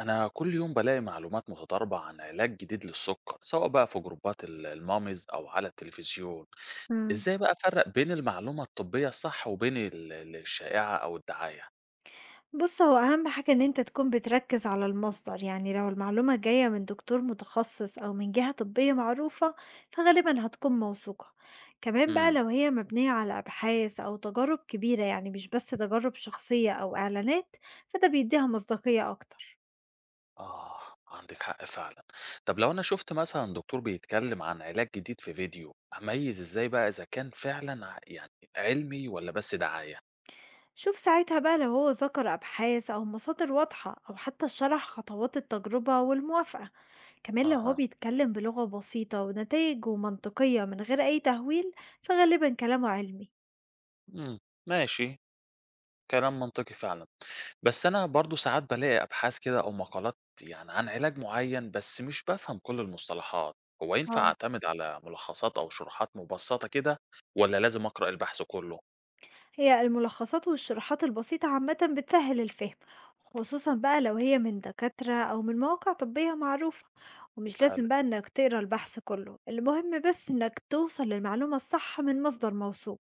أنا كل يوم بلاقي معلومات متضاربة عن علاج جديد للسكر، سواء بقى في جروبات الماميز أو على التلفزيون. إمم. إزاي بقى أفرق بين المعلومة الطبية الصح وبين الشائعة أو الدعاية؟ بُص، هو أهم حاجة إن أنت تكون بتركّز على المصدر، يعني لو المعلومة جاية من دكتور متخصص أو من جهة طبية معروفة، فغالبًا هتكون موثوقة. كمان بقى امم لو هي مبنية على أبحاث أو تجارب كبيرة، يعني مش بس تجارب شخصية أو إعلانات، فده بيديها مصداقية أكتر. آه، عندك حق فعلا. طب لو أنا شفت مثلا دكتور بيتكلم عن علاج جديد في فيديو، أميز إزاي بقى إذا كان فعلا يعني علمي ولا بس دعاية؟ شوف ساعتها بقى لو هو ذكر أبحاث أو مصادر واضحة أو حتى شرح خطوات التجربة والموافقة، كمان لو هو أها. بيتكلم بلغة بسيطة ونتائج ومنطقية من غير أي تهويل، فغالبا كلامه علمي. مم. ماشي، كلام منطقي فعلًا. بس أنا برضه ساعات بالاقي أبحاث كده أو مقالات يعني عن علاج معين، بس مش بافهم كل المصطلحات. هو ينفع اه، أعتمد على ملخصات أو شروحات مبسطة كده، والّا لازم أقرأ البحث كله؟ هي الملخصات والشروحات البسيطة عامة بتسهل الفهم، خصوصا بقى لو هي من دكاترة أو من مواقع طبية معروفة. ومش حلو. لازم بقى إنك تقرا البحث كله، المهم بس إنك توصل للمعلومة الصح من مصدر موثوق.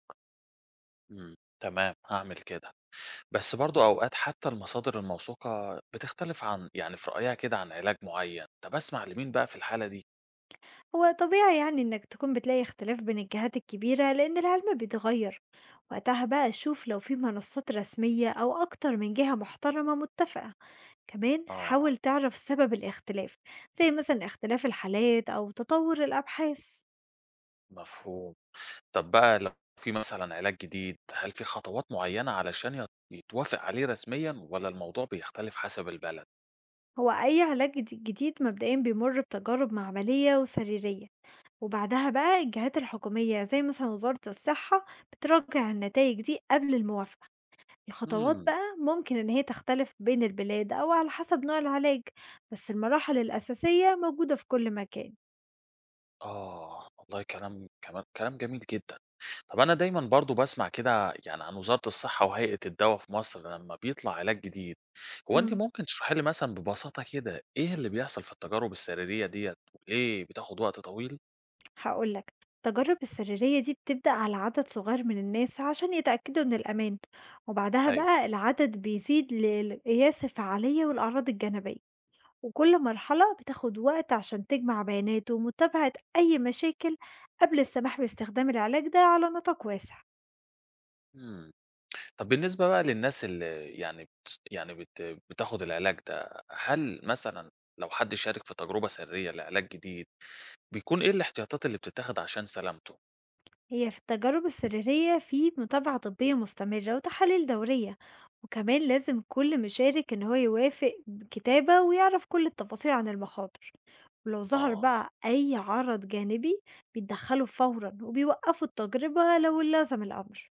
إمم، تمام، هاعمل كده. بس برضه أوقات حتى المصادر الموثوقة بتختلف عن، يعني في رأيها كده عن علاج معين. طب أسمع لمين بقى في الحالة دي؟ هو طبيعي يعني إنك تكون بتلاقي اختلاف بين الجهات الكبيرة لأن العلم بيتغير. وقتها بقى شوف لو في منصات رسمية أو أكتر من جهة محترمة متفقة، كمان آه، حاول تعرف سبب الاختلاف، زي مثلا اختلاف الحالات أو تطور الأبحاث. مفهوم. طب بقى لو في مثلًا علاج جديد، هل في خطوات معيّنة علشان يتوافق عليه رسميًا والّا الموضوع بيختلف حسب البلد؟ هو أي علاج جديد مبدئيا بيمر بتجارب معملية وسريرية، وبعدها بقى الجهات الحكومية زي مثلا وزارة الصحة بتراجع النتائج دي قبل الموافقة. الخطوات إمم. بقى ممكن إن هي تختلف بين البلاد أو على حسب نوع العلاج، بس المراحل الأساسية موجودة في كل مكان. آه، والله كلام جميل جدًا. طب أنا دايمًا برضه باسمع كده يعني عن وزارة الصحة وهيئة الدوا في مصر لمّا بيطلع علاج جديد، هو أنتِ مم. ممكن تشرحي لي مثلًا ببساطة كده إيه اللي بيحصل في التجارب السريرية ديّة، وليه بتاخد وقت طويل؟ هقولك، التجارب السريرية دي بتبدأ على عدد صغير من الناس عشان يتأكدوا من الأمان، وبعدها أيوه. بقى العدد بيزيد لقياس الفعالية والأعراض الجانبية. وكل مرحلة بتاخد وقت عشان تجمع بيانات ومتابعة أي مشاكل قبل السماح باستخدام العلاج ده على نطاق واسع. إمم. طب بالنسبة بقى للناس اللي يعني بتس يعني بت بتاخد العلاج ده، هل مثلًا لو حد شارك في تجربة سرية لعلاج جديد، بيكون إيه الاحتياطات اللي بتتاخد عشان سلامته؟ هي في التجارب السريرية في متابعة طبية مستمرة وتحاليل دورية، وكمان لازم كل مشارك إن هو يوافق بكتابة ويعرف كل التفاصيل عن المخاطر. ولو ظهر آه، بقى أي عرض جانبي، بيتدخلوا فورا وبيوقفوا التجربة لو لازم الأمر.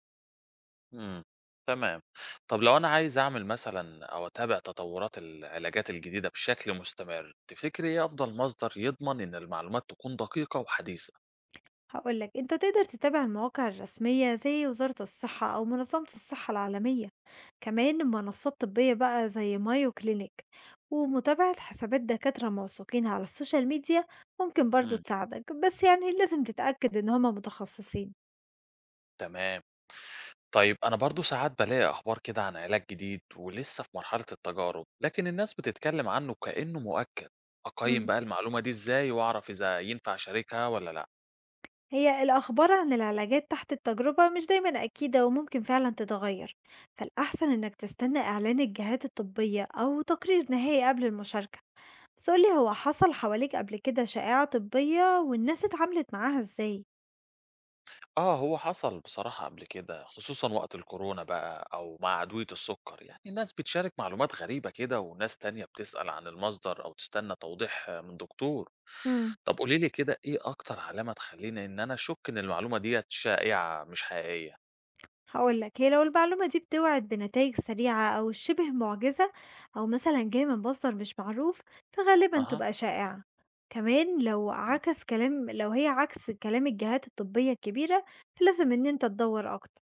إمم، تمام. طب لو أنا عايز أعمل مثلًا أو أتابع تطورات العلاجات الجديدة بشكل مستمر، تفتكري إيه أفضل مصدر يضمن إن المعلومات تكون دقيقة وحديثة؟ هاقول لك، أنت تقدر تتابع المواقع الرسمية زي وزارة الصحة أو منظمة الصحة العالمية، كمان منصات طبية بقى زي مايو كلينيك، ومتابعة حسابات دكاترة موثوقين على السوشيال ميديا ممكن برضو إمم، تساعدك، بس يعني لازم تتأكد إن هما متخصصين. تمام. طيب أنا برضو ساعات بلاقي أخبار كده عن علاج جديد ولسه في مرحلة التجارب، لكن الناس بتتكلم عنه كأنه مؤكد. أقيم مم. بقى المعلومة دي إزاي وأعرف إذا ينفع أشاركها ولا لأ؟ هي الأخبار عن العلاجات تحت التجربة مش دايما أكيدة وممكن فعلا تتغير، فالأحسن إنك تستنى إعلان الجهات الطبية أو تقرير نهائي قبل المشاركة. بس قُل لي، هو حصل حواليك قبل كده شائعة طبية والناس اتعاملت معاها إزاي؟ آه، هو حصل بصراحة قبل كده، خصوصا وقت الكورونا بقى أو مع عدوية السكر، يعني الناس بتشارك معلومات غريبة كده وناس تانية بتسأل عن المصدر أو تستنى توضيح آه من دكتور. إمم. طب قوليلي كده إيه أكتر علامة تخليني إن أنا أشك إن المعلومة ديت شائعة مش حقيقية؟ هاقول لك، هي لو المعلومة دي بتوعد بنتايج سريعة أو شِبه معجزة، أو مثلًا جاية من مصدر مش معروف، فغالبًا أها. تبقى شائعة. كمان لو هي عكس كلام الجهات الطبية الكبيرة، فلازم إن أنت تدوّر أكتر.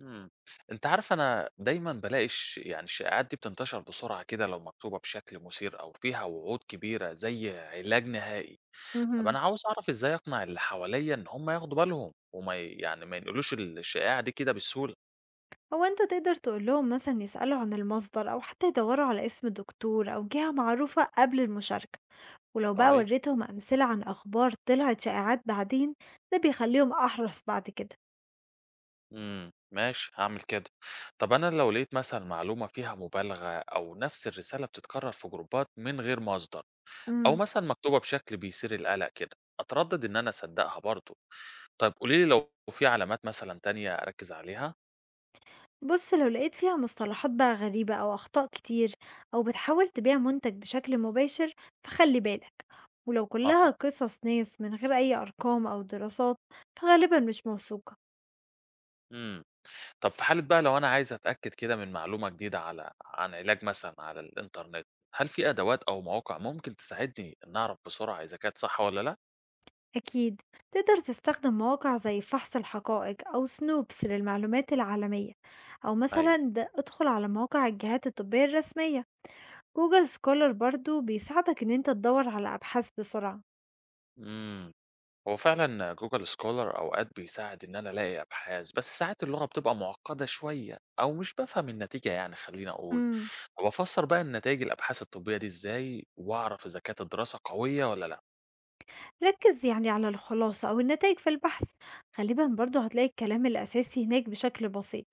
إمم. أنتِ عارفة أنا دايمًا بالاقي يعني الشائعات دي بتنتشر بسرعة كده لو مكتوبة بشكل مثير أو فيها وعود كبيرة زي علاج نهائي. طب اهم. أنا عاوز أعرف إزاي أقنع اللي حواليّا إن هم ياخدوا بالهم وما ي يعني ما ينقلوش الشائعة دي كده بسهولة؟ هو أنت تقدر تقول لهم مثلًا يسألوا عن المصدر أو حتى يدوروا على اسم دكتور أو جهة معروفة قبل المشاركة، ولو بقى طيب. وريتهم أمثلة عن أخبار طلعت شائعات بعدين، ده بيخليهم أحرص بعد كده. إمم، ماشي، هاعمل كده. طب أنا لو لقيت مثلًا معلومة فيها مبالغة أو نفس الرسالة بتتكرر في جروبات من غير مصدر، أو امم مثلًا مكتوبة بشكل بيثير القلق كده، أتردد إن أنا أصدقها برضه. طيب قولي لي لو في علامات مثلًا تانية أركّز عليها؟ بص، لو لقيت فيها مصطلحات بقى غريبة أو أخطاء كتير، أو بتحاول تبيع منتج بشكل مباشر، فخلي بالك. ولو كلها أها، قصص ناس من غير أي أرقام أو دراسات، فغالبا مش موثوقة. إمم. طب في حالة بقى لو أنا عايز أتأكد كده من معلومة جديدة على عن علاج مثلًا على الإنترنت، هل في أدوات أو مواقع ممكن تساعدني إني أعرف بسرعة إذا كانت صح والّا لأ؟ أكيد، تقدر تستخدم مواقع زي فحص الحقائق أو سنوبس للمعلومات العالمية، أو أيوه. مثلا ادخل على مواقع الجهات الطبية الرسمية. جوجل سكولر برضو بيساعدك إن أنت تدور على أبحاث بسرعة. إمم. هو فعلًا Google Scholar أوقات بيساعد إن أنا ألاقي أبحاث، بس ساعات اللغة بتبقى معقدة شوية أو مش بافهم النتيجة، يعني خلّيني أقول. امم طب أفسّر بقى النتايج الأبحاث الطبية دي إزاي وأعرف إذا كانت الدراسة قوية والّا لأ؟ ركز يعني على الخلاصة أو النتائج في البحث، غالبا برضو هتلاقي الكلام الأساسي هناك بشكل بسيط.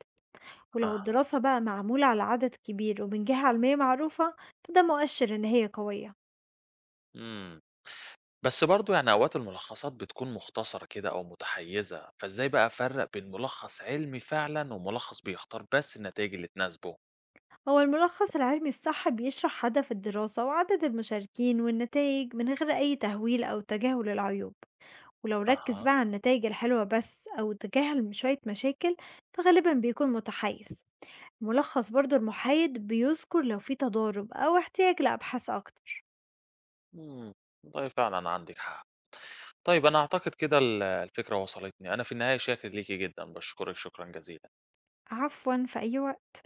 ولو أها. الدراسة بقى معمولة على عدد كبير ومن جهة علمية معروفة، فده مؤشر إن هي قوية. إمم. بس برضه يعني أوقات الملخصات بتكون مختصرة كده أو متحيزة، فإزاي بقى أفرق بين ملخص علمي فعلا وملخص بيختار بس النتائج اللي تناسبه؟ هو الملخص العلمي الصح بيشرح هدف الدراسة وعدد المشاركين والنتائج من غير أي تهويل أو تجاهل العيوب. ولو ركز أها. بقى على النتائج الحلوة بس أو تجاهل شوية مشاكل، فغالبا بيكون متحيز. ملخص برضو المحايد بيذكر لو في تضارب أو احتياج لأبحاث أكتر. امم. طيب فعلا عندك حق. طيب أنا أعتقد كده الفكرة وصلتني، أنا في النهاية شاكر ليكي جدا، بشكرك شكرا جزيلا. عفوا، في أي وقت.